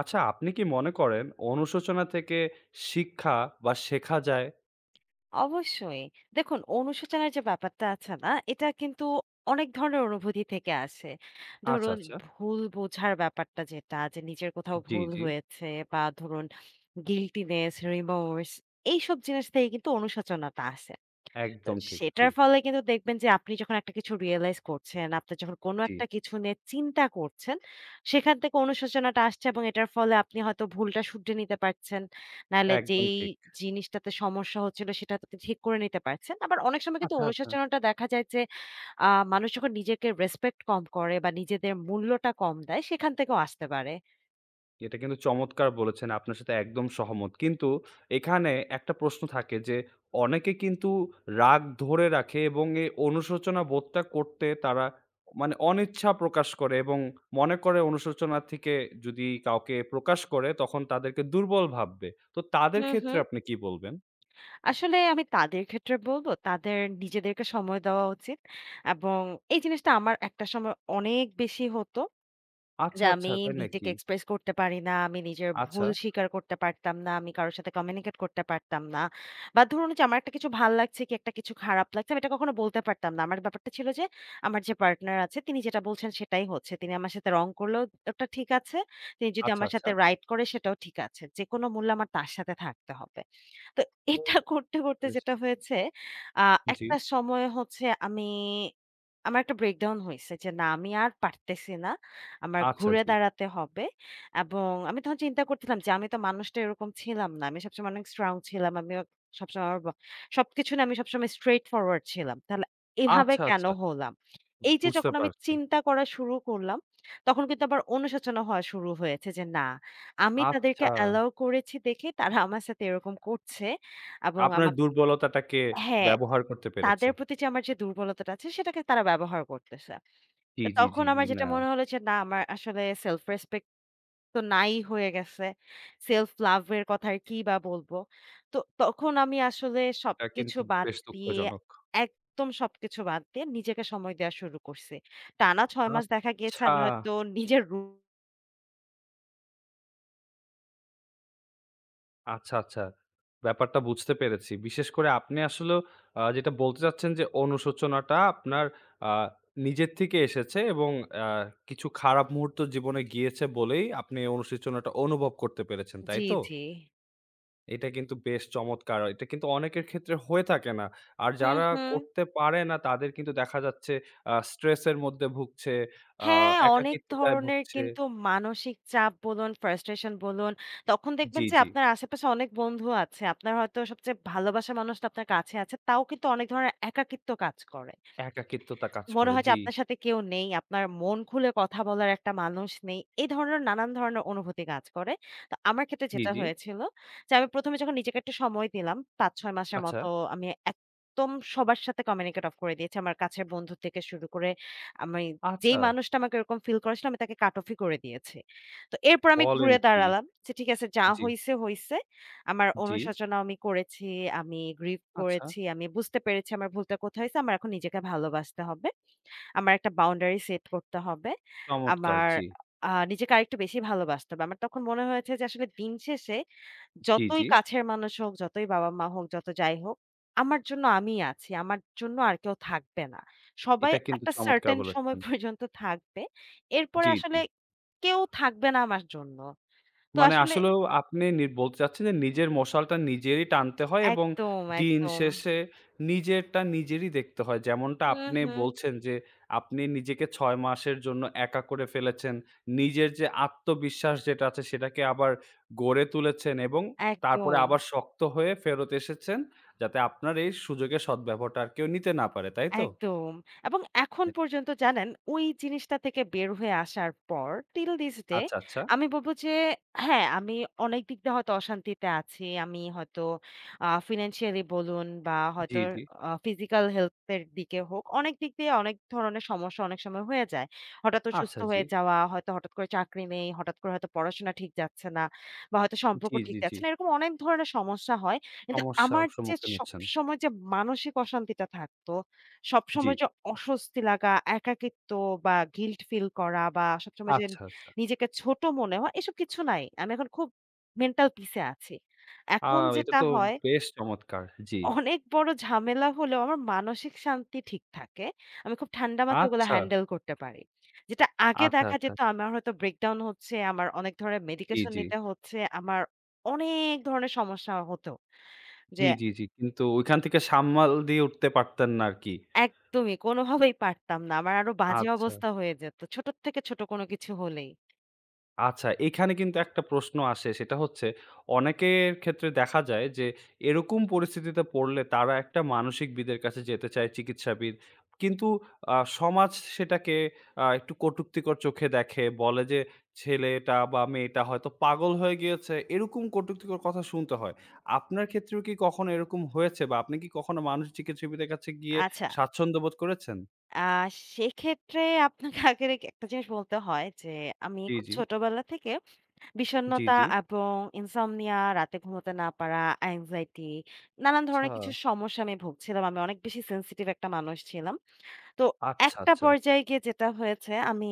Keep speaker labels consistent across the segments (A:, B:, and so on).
A: আচ্ছা, আপনি কি মনে করেন অনুশোচনা থেকে শিক্ষা বা শেখা যায়?
B: অবশ্যই। দেখুন অনুশোচনার যে ব্যাপারটা আছে না? এটা কিন্তু অনেক ধরনের অনুভূতি থেকে আসে।
A: আচ্ছা,
B: ধরুন
A: আচ্ছা।
B: ভুল বোঝার ব্যাপারটা যেটা যে নিজের কোথাও
A: জি,
B: ভুল
A: জি।
B: হয়েছে বা ধরুন গিল্টিনেস, রিমোর্স এইসব জিনিস থেকে কিন্তু অনুশোচনাটা আসে। তো
A: একদম ঠিক। জি,
B: সেটার ফলে কিন্তু দেখবেন যে আপনি যখন একটা কিছু রিয়ালাইজ করছেন, আপনার যখন কোনো
A: জি।
B: একটা কিছু নিয়ে চিন্তা করছেন, সেখান থেকে অনুশোচনাটা আসছে এবং এটার ফলে আপনি হয়তো ভুলটা শুধরে নিতে পারছেন। নাহলে
A: একদম
B: যেই
A: ঠিক।
B: জিনিসটাতে সমস্যা হচ্ছিল সেটা হয়তো ঠিক করে নিতে পারছেন। আবার অনেক সময় কিন্তু
A: আচ্ছা, আচ্ছা।
B: অনুশোচনাটা দেখা যায় যে মানুষ যখন নিজেকে রেসপেক্ট কম করে বা নিজেদের মূল্যটা কম দেয় সেখান থেকেও আসতে পারে।
A: এটা কিন্তু চমৎকার বলেছেন। আপনার সাথে একদম সহমত। কিন্তু এখানে একটা প্রশ্ন থাকে যে অনেকে কিন্তু রাগ ধরে রাখে এবং এই অনুশোচনা বোধটা করতে তারা মানে অনিচ্ছা প্রকাশ করে এবং মনে করে অনুশোচনা থেকে যদি কাউকে প্রকাশ করে তখন তাদেরকে দুর্বল ভাববে। তো তাদের
B: হু, হু।
A: ক্ষেত্রে আপনি কি বলবেন?
B: আসলে আমি তাদের ক্ষেত্রে বলব, তাদের নিজেদেরকে সময় দেওয়া উচিত এবং এই জিনিসটা আমার একটা সময় অনেক বেশি হতো। যে
A: আচ্ছা,
B: আমি
A: আচ্ছা, তাই নাকি?
B: নিজেকে এক্সপ্রেস করতে পারি না, আমি নিজের
A: আচ্ছা,
B: ভুল স্বীকার করতে পারতাম না, আমি কারো সাথে কমিউনিকেট করতে পারতাম না। বা ধরুন যে আমার একটা কিছু ভাল লাগছে কি একটা কিছু খারাপ লাগছে আমি এটা কখনো বলতে পারতাম না। আমার ব্যাপারটা ছিল যে আমার যে পার্টনার আছে তিনি যেটা বলছেন সেটাই হচ্ছে। তিনি আমার সাথে রং করলেও ওটা ঠিক আছে। তিনি যদি
A: আচ্ছা,
B: আমার
A: আচ্ছা।
B: সাথে রাইট করে সেটাও ঠিক আছে। যেকোনো মূল্যে আমার তার সাথে থাকতে হবে। তো
A: ও
B: এটা করতে,
A: বুঝতে
B: করতে
A: পেরেছি।
B: যেটা হয়েছে আ
A: জি,
B: একটা সময় হচ্ছে আমার একটা ব্রেকডাউন হইছে যে না আমি আর পারতেছি না। আমার
A: আচ্ছা,
B: ঘুরে
A: জি।
B: দাঁড়াতে হবে এবং আমি তখন চিন্তা করছিলাম যে আমি তো মানুষটা এরকম ছিলাম না। আমি সবসময় অনেক স্ট্রং ছিলাম। আমি অ সবসময় আমার ব সবকিছু নিয়ে আমি সবসময় স্ট্রেইট ফরওয়ার্ড ছিলাম। তাহলে এভাবে
A: আচ্ছা,
B: কেন
A: আচ্ছা,
B: হলাম? এই যে
A: বুঝতে
B: যখন আমি
A: পারছি।
B: চিন্তা করা শুরু করলাম, তখন কিন্তু আবার অনুশোচনা হওয়া শুরু হয়েছে যে না, আমি তাদেরকে
A: আচ্ছা,
B: অ্যালাও করেছি দেখে তারা আমার সাথে এরকম করছে এবং
A: আপনার
B: আমাকে
A: দুর্বলতাটাকে
B: হ্যাঁ,
A: ব্যবহার করতে পেরেছে।
B: তাদের প্রতি যে আমার যে দুর্বলতাটা আছে সেটাকে তারা ব্যবহার করতেছে।
A: জি,
B: তো
A: জি, জি,
B: তখন
A: জি,
B: আমার
A: না,
B: যেটা মনে হলো যে না আমার আসলে self respect তো নাই হয়ে গেছে। Self love এর কথা আর কিই বা বলব। তো তখন আমি আসলে
A: এটা
B: সবকিছু
A: কিন্তু
B: বাদ
A: বেশ
B: দিয়ে
A: দুঃখজনক।
B: একদম সবকিছু বাদ দিয়ে নিজেকে সময় দেয়া শুরু করছি। টানা ৬ মাস দেখা গিয়েছে
A: আচ্ছা।
B: আমি হয়তো নিজের রু
A: আচ্ছা, আচ্ছা। ব্যাপারটা বুঝতে পেরেছি। বিশেষ করে আপনি আসলেও যেটা বলতে চাচ্ছেন যে অনুশোচনাটা আপনার আ নিজের থেকে এসেছে এবং আ কিছু খারাপ মুহূর্ত জীবনে গিয়েছে বলেই আপনি এই অনুশোচনাটা অনুভব করতে পেরেছেন, তাই
B: জি,
A: তো?
B: জি।
A: এটা কিন্তু বেশ চমৎকার। এটা কিন্তু অনেকের ক্ষেত্রে হয়ে থাকে না। আর
B: হুম,
A: যারা
B: হুম।
A: করতে পারে না তাদের কিন্তু দেখা যাচ্ছে স্ট্রেসের মধ্যে ভুগছে, আ
B: হ্যাঁ, অনেক
A: একাকিত্বতায়
B: ধরনের
A: ভুগছে।
B: কিন্তু মানসিক চাপ বলুন, frustration বলুন, তখন দেখবেন
A: জি,
B: যে
A: জি।
B: আপনার আশেপাশে অনেক বন্ধু আছে। আপনার হয়তো সবচেয়ে ভালোবাসার মানুষটা আপনার কাছে আছে। তাও কিন্তু অনেক ধরনের একাকিত্ব কাজ করে।
A: একাকিত্বতা কাজ
B: মনে
A: করে।
B: হয় যে
A: জি,
B: আপনার সাথে কেউ নেই, আপনার মন খুলে কথা বলার একটা মানুষ নেই। এই ধরনের নানান ধরনের অনুভূতি কাজ করে। তো আমার ক্ষেত্রে
A: জি,
B: যেটা
A: জি।
B: হয়েছিল যে আমি ১ম এ যখন নিজেকে একটু সময় দিলাম ৫-৬ মাসের
A: আচ্ছা,
B: মতো আমি একদম সবার সাথে কমিউনিকেট অফ করে দিয়েছি। আমার কাছের বন্ধু থেকে শুরু করে আমি যেই
A: আচ্ছা।
B: মানুষটা আমাকে এরকম ফিল করেছিল আমি তাকে কাট অফই করে দিয়েছি। তো এরপর আমি
A: বলেন
B: ঘুরে
A: কি?
B: দাঁড়ালাম যে ঠিক আছে যা
A: জি,
B: হইছে, হইছে। আমার
A: জি।
B: অনুশোচনা আমি করেছি, আমি গ্রিভ
A: আচ্ছা,
B: করেছি, আমি বুঝতে পেরেছি আমার ভুলটা কোথায় হইছে। আমার এখন নিজেকে ভালোবাসতে হবে। আমার একটা বাউন্ডারি সেট করতে হবে।
A: চমৎকার!
B: আমার
A: জি,
B: নিজেকে আরেকটু বেশি ভালোবাসতে হবে। আমার তখন মনে হয়েছে যে আসলে দিন শেষে
A: জি,
B: যতই
A: জি।
B: কাছের মানুষ হোক, যতই বাবা-মা হোক, যত যাই হোক, আমার জন্য আমিই আছি। আমার জন্য আর কেউ থাকবে না। সবাই
A: এটা কিন্তু
B: একটা
A: চমৎকার
B: সার্টেন সময়
A: বলেছেন।
B: পর্যন্ত থাকবে। এরপরে
A: জি, জি।
B: আসলে কেউ থাকবে না আমার জন্য। তো
A: মানে
B: আসলে
A: আসলেও আপনি নি বলতে চাচ্ছেন যে নিজের মশালটা নিজেরই টানতে হয় এবং
B: একদম,
A: দিন
B: একদম।
A: শেষে নিজেরটা নিজেরই দেখতে হয়। যেমনটা
B: হুম,
A: আপনি
B: হুম।
A: বলছেন যে আপনি নিজেকে ৬ মাসের জন্য একা করে ফেলেছেন। নিজের যে আত্মবিশ্বাস যেটা আছে সেটাকে আবার গড়ে তুলেছেন এবং তারপরে
B: একদম।
A: আবার শক্ত হয়ে ফেরত এসেছেন যাতে আপনার এই সুযোগের সদ্ব্যবহারটা আর কেউ নিতে না পারে, তাই তো?
B: একদম। এবং এখন
A: হুম।
B: পর্যন্ত জানেন ওই জিনিসটা থেকে বের হয়ে আসার পর till this day
A: আচ্ছা, আচ্ছা।
B: আমি বলব যে হ্যাঁ, আমি অনেক দিক দিয়ে হয়তো অশান্তিতে আছি। আমি হয়তো ফিন্যান্সিয়ালি বলুন বা
A: জি,
B: হয়তো
A: জি।
B: ফিজিক্যাল হেলথ এর দিকে হোক, অনেক দিক দিয়ে অনেক ধরনের সমস্যা অনেক সময় হয়ে যায়। হঠাৎ অসুস্থ
A: আচ্ছা জি।
B: হয়ে যাওয়া, হয়তো হঠাৎ করে চাকরি নেই, হঠাৎ করে হয়তো পড়াশোনা ঠিক যাচ্ছে না বা হয়তো সম্পর্ক
A: জি,
B: ঠিক
A: জি, জি।
B: যাচ্ছে না। এরকম অনেক ধরনের সমস্যা হয়। কিন্তু
A: সমস্যার
B: আমার যে
A: সম্মুখীন হচ্ছেন।
B: সবসময় যে মানসিক অশান্তিটা থাকতো
A: জি।
B: সবসময় যে অস্বস্তি লাগা, একাকিত্ব বা গিল্ট ফিল করা বা সবসময় যে
A: আচ্ছা, আচ্ছা।
B: নিজেকে ছোট মনে হওয়া এসব কিছু নাই। আমি এখন খুব মেন্টাল পিসে আছি।
A: আ
B: এখন
A: এটা
B: যেটা
A: তো
B: হয়
A: বেশ চমৎকার। জি।
B: অনেক বড় ঝামেলা হলেও আমার মানসিক শান্তি ঠিক থাকে। আমি খুব ঠান্ডা মাথায় ওগুলো
A: আচ্ছা,
B: হ্যান্ডেল করতে পারি। যেটা আগে
A: আচ্ছা,
B: দেখা
A: আচ্ছা।
B: যেত আমার হয়তো ব্রেকডাউন হচ্ছে, আমার অনেক ধরনের
A: জি,
B: মেডিকেশন
A: জি।
B: নিতে হচ্ছে, আমার অনেক ধরনের সমস্যা হতো যে
A: জি, জি, জি। কিন্তু ওইখান থেকে সামাল দিয়ে উঠতে পারতেন না আরকি।
B: একদমই কোনোভাবেই পারতাম না। আমার আরো বাজে
A: আচ্ছা।
B: অবস্থা হয়ে যেত। ছোটর থেকে ছোট কোনো কিছু হলেই।
A: আচ্ছা, এখানে কিন্তু একটা প্রশ্ন আসে সেটা হচ্ছে অনেকের ক্ষেত্রে দেখা যায় যে এরকম পরিস্থিতিতে পড়লে তারা একটা মানসিকবিদের কাছে যেতে চায় চিকিৎসাবিদ। কিন্তু সমাজ সেটাকে একটু কটুক্তিকর চোখে দেখে। বলে যে ছেলেটা বা মেয়েটা হয়তো পাগল হয়ে গিয়েছে। এরকম কটুক্তিকর কথা শুনতে হয়। আপনার ক্ষেত্রেও কি কখনো এরকম হয়েছে বা আপনি কি কখনো মানসিক চিকিৎসাবিদের কাছে গিয়ে
B: আচ্ছা,
A: স্বাচ্ছন্দ্য বোধ করেছেন?
B: আ সেক্ষেত্রে আপনাকে আগে রেখে একটা জিনিস বলতে হয় যে, আমি
A: জি,
B: খুব
A: জি।
B: ছোটবেলা থেকে
A: জি,
B: বিষণ্ণতা
A: জি।
B: এবং insomnia, রাতে ঘুমোতে না পারা, anxiety নানান
A: আচ্ছা।
B: ধরনের কিছু সমস্যা আমি ভুগছিলাম। আমি অনেক বেশি sensitive একটা মানুষ ছিলাম। তো
A: আচ্ছা,
B: একটা
A: আচ্ছা।
B: পর্যায়ে গিয়ে যেটা হয়েছে আমি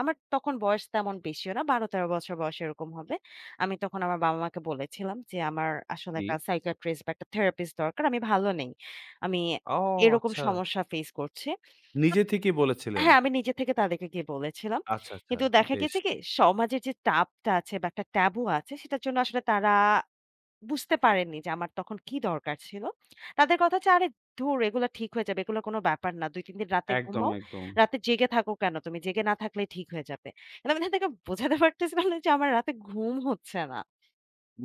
B: আমার তখন বয়স তেমন বেশিও না ১২-১৩ বছর বয়স এরকম হবে। আমি তখন আমার বাবা-মাকে বলেছিলাম যে, "আমার আসলে
A: জি।
B: একটা সাইকিয়াট্রিস্ট বা একটা থেরাপিস্ট দরকার। আমি ভালো নেই। আমি
A: ও
B: এরকম
A: আচ্ছা।
B: সমস্যা ফেস করছি।" তো
A: নিজে থেকেই বলেছিলেন।
B: হ্যাঁ, আমি নিজে থেকে তাদেরকে গিয়ে বলেছিলাম।
A: আচ্ছা, আচ্ছা।
B: কিন্তু দেখা
A: বেশ।
B: গেছে কি সমাজের যে চাপটা আছে বা একটা ট্যাবু আছে সেটার জন্য আসলে তারা বুঝতে পারেননি যে আমার তখন কি দরকার ছিল। তাদের কথা হচ্ছে, "আরে ধুর এগুলা ঠিক হয়ে যাবে। এগুলা কোনো ব্যাপার না। ২-৩ দিন রাতে
A: একদম,
B: ঘুমাও।
A: একদম।
B: রাতে জেগে থাকো কেন তুমি? জেগে না থাকলেই ঠিক হয়ে যাবে।" কিন্তু আমি তাদেরকে বোঝাতে পারতেছিলাম না যে আমার রাতে ঘুম হচ্ছে না।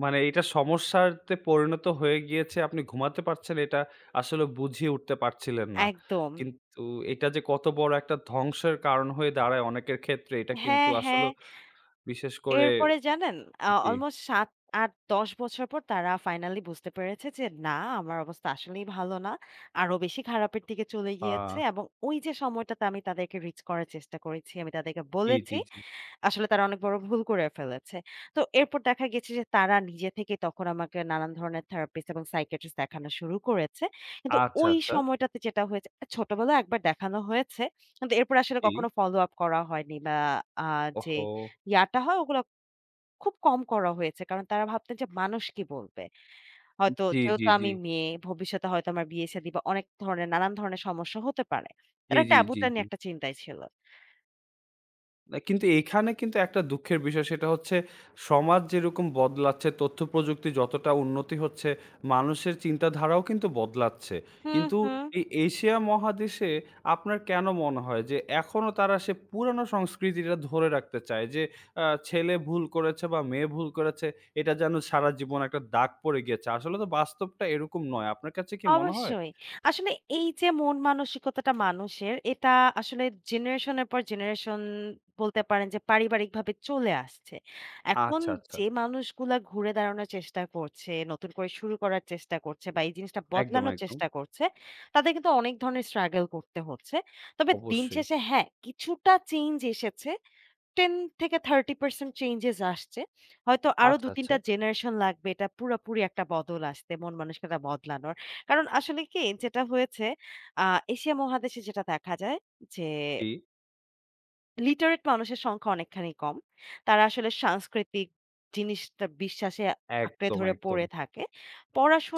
A: মানে এটা সমস্যাতে পরিণত হয়ে গিয়েছে। আপনি ঘুমাতে পারছেন এটা আসলে বুঝিয়ে উঠতে পারছিলেন না।
B: একদম।
A: কিন্তু এটা যে কত বড় একটা ধ্বংসের কারণ হয়ে দাঁড়ায় অনেকের ক্ষেত্রে এটা কিন্তু
B: হ্যাঁ,
A: আসলে
B: হ্যাঁ।
A: বিশেষ করে
B: এরপরে জানেন
A: জি,
B: অলমোস্ট ৭, ৮, ১০ বছর পর তারা ফাইনালি বুঝতে পেরেছে যে না আমার অবস্থা আসলেই ভালো না। আরো বেশি খারাপের দিকে চলে
A: আ
B: গিয়েছে এবং ওই যে সময়টাতে আমি তাদেরকে রিচ করার চেষ্টা করেছি। আমি তাদেরকে
A: জি, জি,
B: বলেছি
A: জি।
B: আসলে তারা অনেক বড় ভুল করে ফেলেছে। তো এরপর দেখা গেছে যে তারা নিজে থেকেই তখন আমাকে নানান ধরনের থেরাপিস্ট এবং সাইকিয়াট্রিস্ট দেখানো শুরু করেছে। কিন্তু
A: আচ্ছা,
B: ওই
A: আচ্ছা।
B: সময়টাতে যেটা হয়েছে ছোটবেলায় একবার দেখানো হয়েছে। কিন্তু এরপর আসলে
A: জি।
B: কখনো ফলো আপ করা হয়নি বা আ যে
A: ওহো!
B: ইয়াটা হয় ওগুলো খুব কম করা হয়েছে। কারণ তারা ভাবতেন যে মানুষ কি বলবে? হয়তো
A: জি,
B: যেহেতু
A: জি, জি।
B: আমি মেয়ে ভবিষ্যতে হয়তো আমার বিয়ে-শাদী বা অনেক ধরনের নানান ধরনের সমস্যা হতে পারে।
A: জি,
B: তারা
A: জি, জি,
B: ট্যাবুটা
A: জি।
B: নিয়ে একটা চিন্তায় ছিল।
A: না কিন্তু এখানে কিন্তু একটা দুঃখের বিষয় সেটা হচ্ছে সমাজ যেরকম বদলাচ্ছে, তথ্যপ্রযুক্তি যতটা উন্নতি হচ্ছে, মানুষের চিন্তাধারাও কিন্তু বদলাচ্ছে।
B: হুম,
A: কিন্তু
B: হুম।
A: এই এশিয়া মহাদেশে আপনার কেন মনে হয় যে এখনো তারা সে পুরানো সংস্কৃতিটা ধরে রাখতে চায় যে ছেলে ভুল করেছে বা মেয়ে ভুল করেছে এটা যেন সারা জীবন একটা দাগ পড়ে গিয়েছে। আসলে তো বাস্তবটা এরকম নয়। আপনার কাছে কি মনে হয়?
B: অবশ্যই। আসলে এই যে মন মানসিকতাটা মানুষের এটা আসলে জেনারেশনের পর জেনারেশন বলতে পারেন যে পারিবারিকভাবে চলে আসছে। এখন
A: আচ্ছা, আচ্ছা।
B: যে মানুষগুলা ঘুরে দাঁড়ানোর চেষ্টা করছে, নতুন করে শুরু করার চেষ্টা করছে বা এই জিনিসটা
A: একদম,
B: বদলানোর
A: একদম।
B: চেষ্টা করছে, তাদের কিন্তু অনেক ধরনের struggle করতে হচ্ছে। তবে দিন
A: অবশ্যই।
B: শেষে হ্যাঁ, কিছুটা চেঞ্জ এসেছে। ১০ থেকে ৩০% চেঞ্জেস আসছে। হয়তো আরো
A: আচ্ছা,
B: ২-৩
A: আচ্ছা।
B: টা জেনারেশন লাগবে এটা পুরাপুরি একটা বদল আসতে, মন মানসিকতা বদলানোর। কারণ আসলে কি যেটা হয়েছে আ এশিয়া মহাদেশে যেটা দেখা যায় যে
A: জি।
B: লিটারেট মানুষের সংখ্যা অনেকখানি কম। তারা আসলে সাংস্কৃতিক জিনিসটা বিশ্বাসে আঁকড়ে
A: একদম,
B: ধরে
A: একদম।
B: পড়ে থাকে।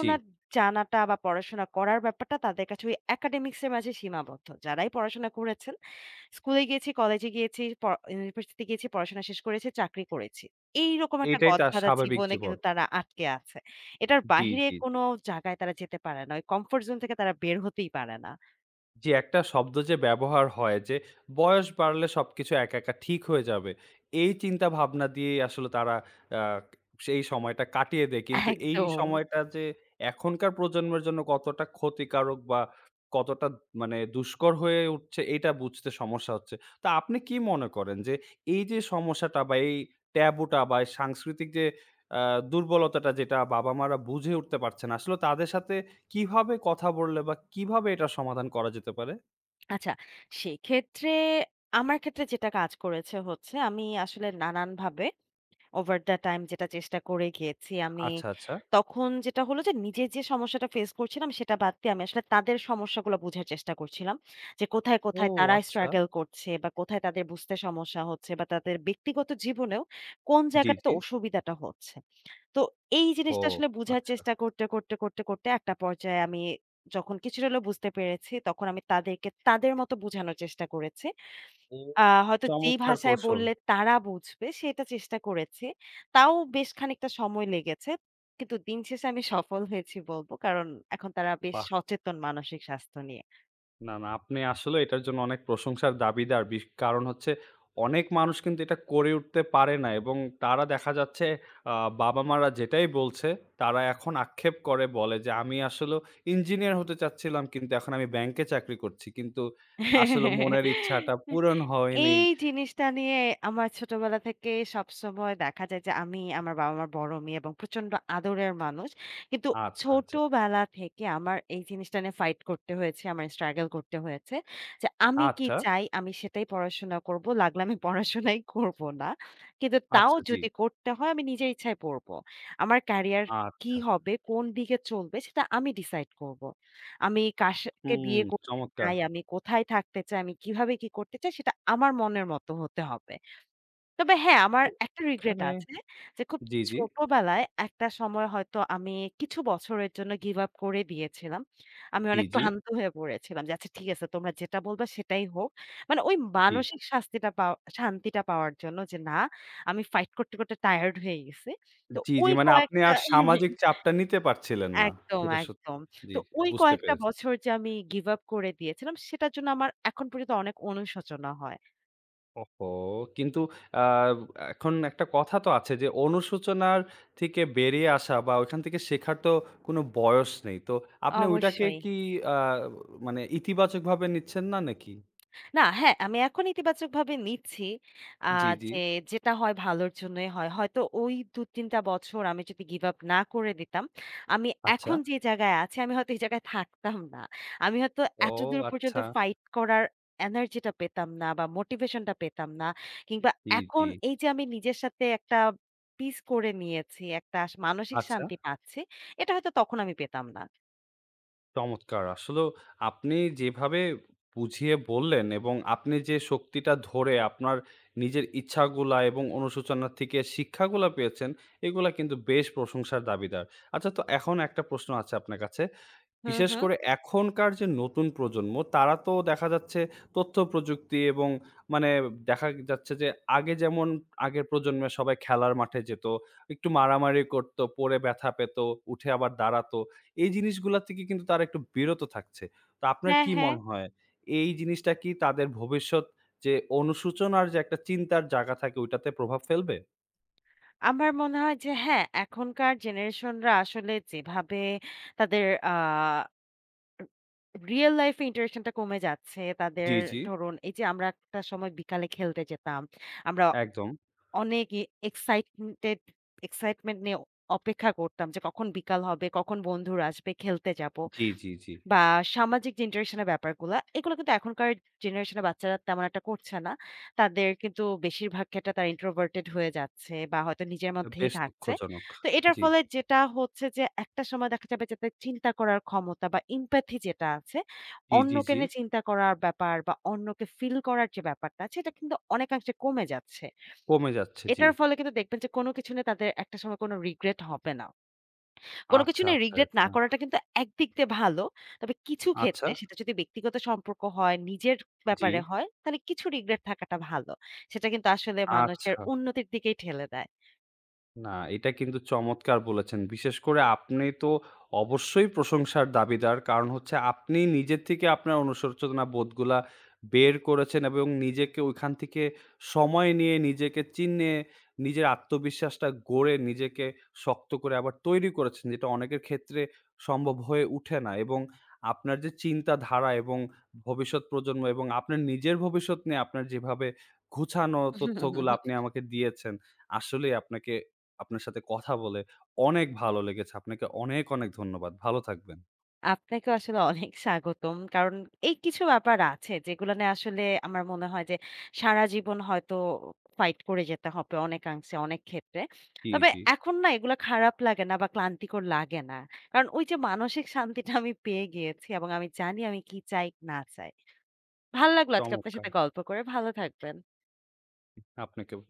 A: জি।
B: জানাটা বা পড়াশোনা করার ব্যাপারটা তাদের কাছে ওই একাডেমিক্স এর মাঝে সীমাবদ্ধ। যারাই পড়াশোনা করেছেন স্কুলে গিয়েছি, কলেজে গিয়েছি, পড়া ইউনিভার্সিটিতে গিয়েছি, পড়াশোনা শেষ করেছি, চাকরি করেছি। এইরকম একটা
A: এইটাই তার
B: গদবাঁধা
A: স্বাভাবিক
B: জীবনে
A: জীবন।
B: কিন্তু তারা আটকে আছে। এটার
A: জি,
B: বাহিরে
A: জি, জি।
B: কোনো জায়গায় তারা যেতে পারে না। ওই কমফোর্ট জোন থেকে তারা বের হতেই পারে না।
A: জি, একটা শব্দ যে ব্যবহার হয় যে, বয়স বাড়লে সবকিছু একা, একা ঠিক হয়ে যাবে। এই চিন্তা ভাবনা দিয়েই আসলে তারা আ সেই সময়টা কাটিয়ে দেয়। কিন্তু এই
B: একদম।
A: সময়টা যে এখনকার প্রজন্মের জন্য কতটা ক্ষতিকারক বা কতটা মানে দুষ্কর হয়ে উঠছে এটা বুঝতে সমস্যা হচ্ছে। তো আপনি কি মনে করেন যে এই যে সমস্যাটা বা এই ট্যাবুটা বা এই সাংস্কৃতিক যে আ দুর্বলতাটা যেটা বাবা-মারা বুঝে উঠতে পারছে না, আসলে তাদের সাথে কিভাবে কথা বললে বা কিভাবে এটার সমাধান করা যেতে পারে?
B: আচ্ছা, সেক্ষেত্রে আমার ক্ষেত্রে যেটা কাজ করেছে হচ্ছে আমি আসলে নানানভাবে Over the time যেটা চেষ্টা করে গিয়েছি আমি,
A: আচ্ছা, আচ্ছা।
B: তখন যেটা হলো যে নিজে যে সমস্যাটা ফেস করছিলাম সেটা বাদ দিয়ে আমি আসলে তাদের সমস্যাগুলো বোঝার চেষ্টা করছিলাম। যে কোথায়,
A: ও
B: কোথায় তারা
A: আচ্ছা।
B: struggle করছে বা কোথায় তাদের বুঝতে সমস্যা হচ্ছে বা তাদের ব্যক্তিগত জীবনেও কোন
A: জি,
B: জায়গাটাতে
A: জি।
B: অসুবিধাটা হচ্ছে। তো এই
A: ও
B: জিনিসটা আসলে বুঝার
A: আচ্ছা।
B: চেষ্টা করতে, করতে, করতে, করতে একটা পর্যায়ে আমি যখন কিছুটা হলেও বুঝতে পেরেছি তখন আমি তাদেরকে তাদের মতো বোঝানোর চেষ্টা করেছি।
A: ও
B: আ হয়তো যেই
A: চমৎকার
B: ভাষায়
A: কৌশল।
B: বললে তারা বুঝবে সেটা চেষ্টা করেছি। তাও বেশ খানিকটা সময় লেগেছে। কিন্তু দিন শেষে আমি সফল হয়েছি বলব। কারণ এখন তারা বেশ
A: বাহ!
B: সচেতন মানসিক স্বাস্থ্য নিয়ে।
A: না, না আপনি আসলে এটার জন্য অনেক প্রশংসার দাবিদার। বিশ কারণ হচ্ছে অনেক মানুষ কিন্তু এটা করে উঠতে পারে না এবং তারা দেখা যাচ্ছে আ বাবা-মারা যেটাই বলছে তারা এখন আক্ষেপ করে বলে যে, "আমি আসলেও ইঞ্জিনিয়ার হতে চাচ্ছিলাম কিন্তু এখন আমি ব্যাংকে চাকরি করছি।" কিন্তু আসলে মনের ইচ্ছাটা পূরণ হয়নি।
B: এই জিনিসটা নিয়ে আমার ছোটবেলা থেকে সবসময় দেখা যায় যে আমি আমার বাবা-মার বড় মেয়ে এবং প্রচন্ড আদরের মানুষ। কিন্তু
A: আচ্ছা, আচ্ছা।
B: ছোটবেলা থেকে আমার এই জিনিসটা নিয়ে ফাইট করতে হয়েছে, আমার struggle করতে হয়েছে। যে আমি কি
A: আচ্ছা।
B: চাই? আমি সেটাই পড়াশোনা করব। লাগলে আমি পড়াশোনাই করব না। কিন্তু তাও
A: আচ্ছা, জি।
B: যদি করতে হয় আমি নিজের ইচ্ছায় পড়ব। আমার ক্যারিয়ার কি
A: আচ্ছা।
B: হবে? কোন দিকে চলবে? সেটা আমি ডিসাইড করব। আমি কার সাথে
A: হুম,
B: বিয়ে করতে
A: চমৎকার।
B: চাই, আমি কোথায় থাকতে চাই, আমি কিভাবে কি করতে চাই সেটা আমার মনের মতো হতে হবে। তবে হ্যাঁ, আমার
A: তো
B: একটা রিগ্রেট
A: এখানে
B: আছে যে খুব
A: জি, জি,
B: ছোটবেলায় একটা সময় হয়তো আমি কিছু বছরের জন্য গিভ আপ করে দিয়েছিলাম। আমি
A: জি,
B: অনেক
A: জি,
B: ক্লান্ত হয়ে পড়েছিলাম যে আচ্ছা ঠিক আছে তোমরা যেটা বলবা সেটাই হোক। মানে ওই
A: জি,
B: মানসিক শাস্তিটা পাওয়া শান্তিটা পাওয়ার জন্য যে না আমি ফাইট করতে, করতে টায়ার্ড হয়ে গেছি। তো
A: জি, জি।
B: ওই
A: মানে আপনি
B: কয়েকটা
A: আর সামাজিক চাপটা নিতে পারছিলেন না।
B: একদম,
A: যেটা সত্যি।
B: একদম।
A: জি,
B: তো
A: জি,
B: ওই
A: বুঝতে
B: কয়েকটা
A: পেরেছি।
B: বছর যে আমি গিভ আপ করে দিয়েছিলাম, সেটার জন্য আমার এখন পর্যন্ত অনেক অনুশোচনা হয়।
A: ওহহো! কিন্তু আ এখন একটা কথা তো আছে যে অনুশোচনার থেকে বেরিয়ে আসা বা ওইখান থেকে শেখার তো কোনো বয়স নেই। তো আপনি ওইটাকে
B: অবশ্যই।
A: কি আ মানে ইতিবাচকভাবে নিচ্ছেন না নাকি?
B: না, হ্যাঁ, আমি এখন ইতিবাচকভাবে নিচ্ছি। আ
A: জি, জি।
B: যে যেটা হয় ভালোর জন্যই হয়। হয়তো ওই ২-৩ টা বছর আমি যদি গিভ আপ না করে দিতাম, আমি
A: আচ্ছা।
B: এখন যে জায়গায় আছি আমি হয়তো এই জায়গায় থাকতাম না। আমি হয়তো
A: ও
B: এতদূর পর্যন্ত
A: আচ্ছা।
B: ফাইট করার এনার্জি টা পেতাম না বা মোটিভেশন টা পেতাম না। কিংবা
A: জি, জি।
B: এখন এই যে আমি নিজের সাথে একটা পিস করে নিয়েছি, একটা মানসিক
A: আচ্ছা।
B: শান্তি পাচ্ছি, এটা হয়তো তখন আমি পেতাম না।
A: চমৎকার! আসলেও আপনি যেভাবে বুঝিয়ে বললেন এবং আপনি যে শক্তিটা ধরে আপনার নিজের ইচ্ছাগুলা এবং অনুশোচনা থেকে শিক্ষাগুলা পেয়েছেন, এগুলা কিন্তু বেশ প্রশংসার দাবিদার। আচ্ছা তো এখন একটা প্রশ্ন আছে আপনার কাছে।
B: হুম,
A: বিশেষ
B: হুম।
A: করে এখনকার যে নতুন প্রজন্ম তারা তো দেখা যাচ্ছে তথ্য প্রযুক্তি এবং মানে দেখা যাচ্ছে যে আগে যেমন আগের প্রজন্মে সবাই খেলার মাঠে যেত, একটু মারামারি করত, পড়ে ব্যথা পেত, উঠে আবার দাঁড়াতো। এই জিনিসগুলা থেকে কিন্তু তারা একটু বিরত থাকছে। তো আপনার
B: হ্যাঁ,
A: কি
B: হ্যাঁ।
A: মনে হয় এই জিনিসটা কি তাদের ভবিষ্যৎ যে অনুশোচনার যে একটা চিন্তার জায়গা থাকে ওইটাতে প্রভাব ফেলবে?
B: আমার মনে হয় যে হ্যাঁ, এখনকার জেনারেশনরা আসলে যেভাবে তাদের রিয়াল লাইফ এ ইন্টারেকশন টা কমে যাচ্ছে। তাদের
A: জি, জি।
B: ধরুন এই যে আমরা একটা সময় বিকালে খেলতে যেতাম। আমরা
A: একদম।
B: অনেক ই এক্সাইটেড এক্সাইটমেন্ট নিয়ে অপেক্ষা করতাম যে কখন বিকাল হবে, কখন বন্ধুরা আসবে, খেলতে যাব।
A: জি, জি, জি।
B: বা সামাজিক যে ইন্টারেকশন এর ব্যাপারগুলা, এগুলো কিন্তু এখনকার জেনারেশনের বাচ্চারা তেমন একটা করছে না। তাদের কিন্তু বেশিরভাগ ক্ষেত্রে তারা introverted হয়ে যাচ্ছে বা হয়তো নিজের
A: এটা
B: মধ্যেই
A: বেশ
B: থাকছে।
A: দুঃখজনক।
B: তো এটার
A: জি।
B: ফলে যেটা হচ্ছে যে একটা সময় দেখা যাবে যে তাদের চিন্তা করার ক্ষমতা বা empathy যেটা আছে,
A: জি, জি,
B: অন্যকে
A: জি।
B: নিয়ে চিন্তা করার ব্যাপার বা অন্যকে ফিল করার যে ব্যাপারটা আছে, এটা কিন্তু অনেকাংশে কমে যাচ্ছে।
A: কমে যাচ্ছে, জি।
B: এটার ফলে কিন্তু দেখবেন যে কোনো কিছু নিয়ে তাদের একটা সময় কোনো regret হবে না। কোনো কিছু
A: আচ্ছা,
B: নিয়ে
A: আচ্ছা,
B: রিগ্রেট না
A: এটা
B: করাটা কিন্তু একদিক দিয়ে ভালো। তবে কিছু
A: আচ্ছা,
B: ক্ষেত্রে সেটা যদি ব্যক্তিগত সম্পর্ক হয়, নিজের
A: জি,
B: ব্যাপারে হয়, তাহলে কিছু রিগ্রেট থাকাটা ভালো। সেটা কিন্তু আসলে
A: আচ্ছা,
B: মানুষের উন্নতির দিকেই ঠেলে
A: না, এটা কিন্তু চমৎকার বলেছেন। বিশেষ করে আপনি তো অবশ্যই প্রশংসার দাবিদার। কারণ হচ্ছে আপনি নিজের থেকে আপনার অনুশোচনা বোধগুলা বের করেছেন এবং নিজেকে ওইখান থেকে সময় নিয়ে, নিজেকে চিনে, নিজের আত্মবিশ্বাসটা গড়ে নিজেকে শক্ত করে আবার তৈরি করেছেন। যেটা অনেকের ক্ষেত্রে সম্ভব হয়ে উঠে না এবং আপনার যে চিন্তাধারা এবং ভবিষ্যৎ প্রজন্ম এবং আপনার নিজের ভবিষ্যৎ নিয়ে আপনার যেভাবে গুছানো তথ্যগুলো আপনি
B: দেয়।
A: আমাকে দিয়েছেন, আসলেই আপনাকে আপনার সাথে কথা বলে অনেক ভালো লেগেছে। আপনাকে অনেক, অনেক ধন্যবাদ। ভালো থাকবেন।
B: আপনাকে আসলে অনেক স্বাগতম। কারণ এই কিছু ব্যাপার আছে যেগুলো নিয়ে আসলে আমার মনে হয় যে সারা জীবন হয়তো ফাইট করে যেতে হবে অনেকাংশে অনেক ক্ষেত্রে।
A: জি,
B: তবে
A: জি।
B: এখন না এগুলো খারাপ লাগে না বা ক্লান্তিকর লাগে না। কারণ ওই যে মানসিক শান্তিটা আমি পেয়ে গিয়েছি এবং আমি জানি আমি কি চাই না চাই। ভাল লাগলো আজকে আপনার
A: চমৎকার!
B: সাথে গল্প করে। ভালো থাকবেন।
A: আপনাকেও।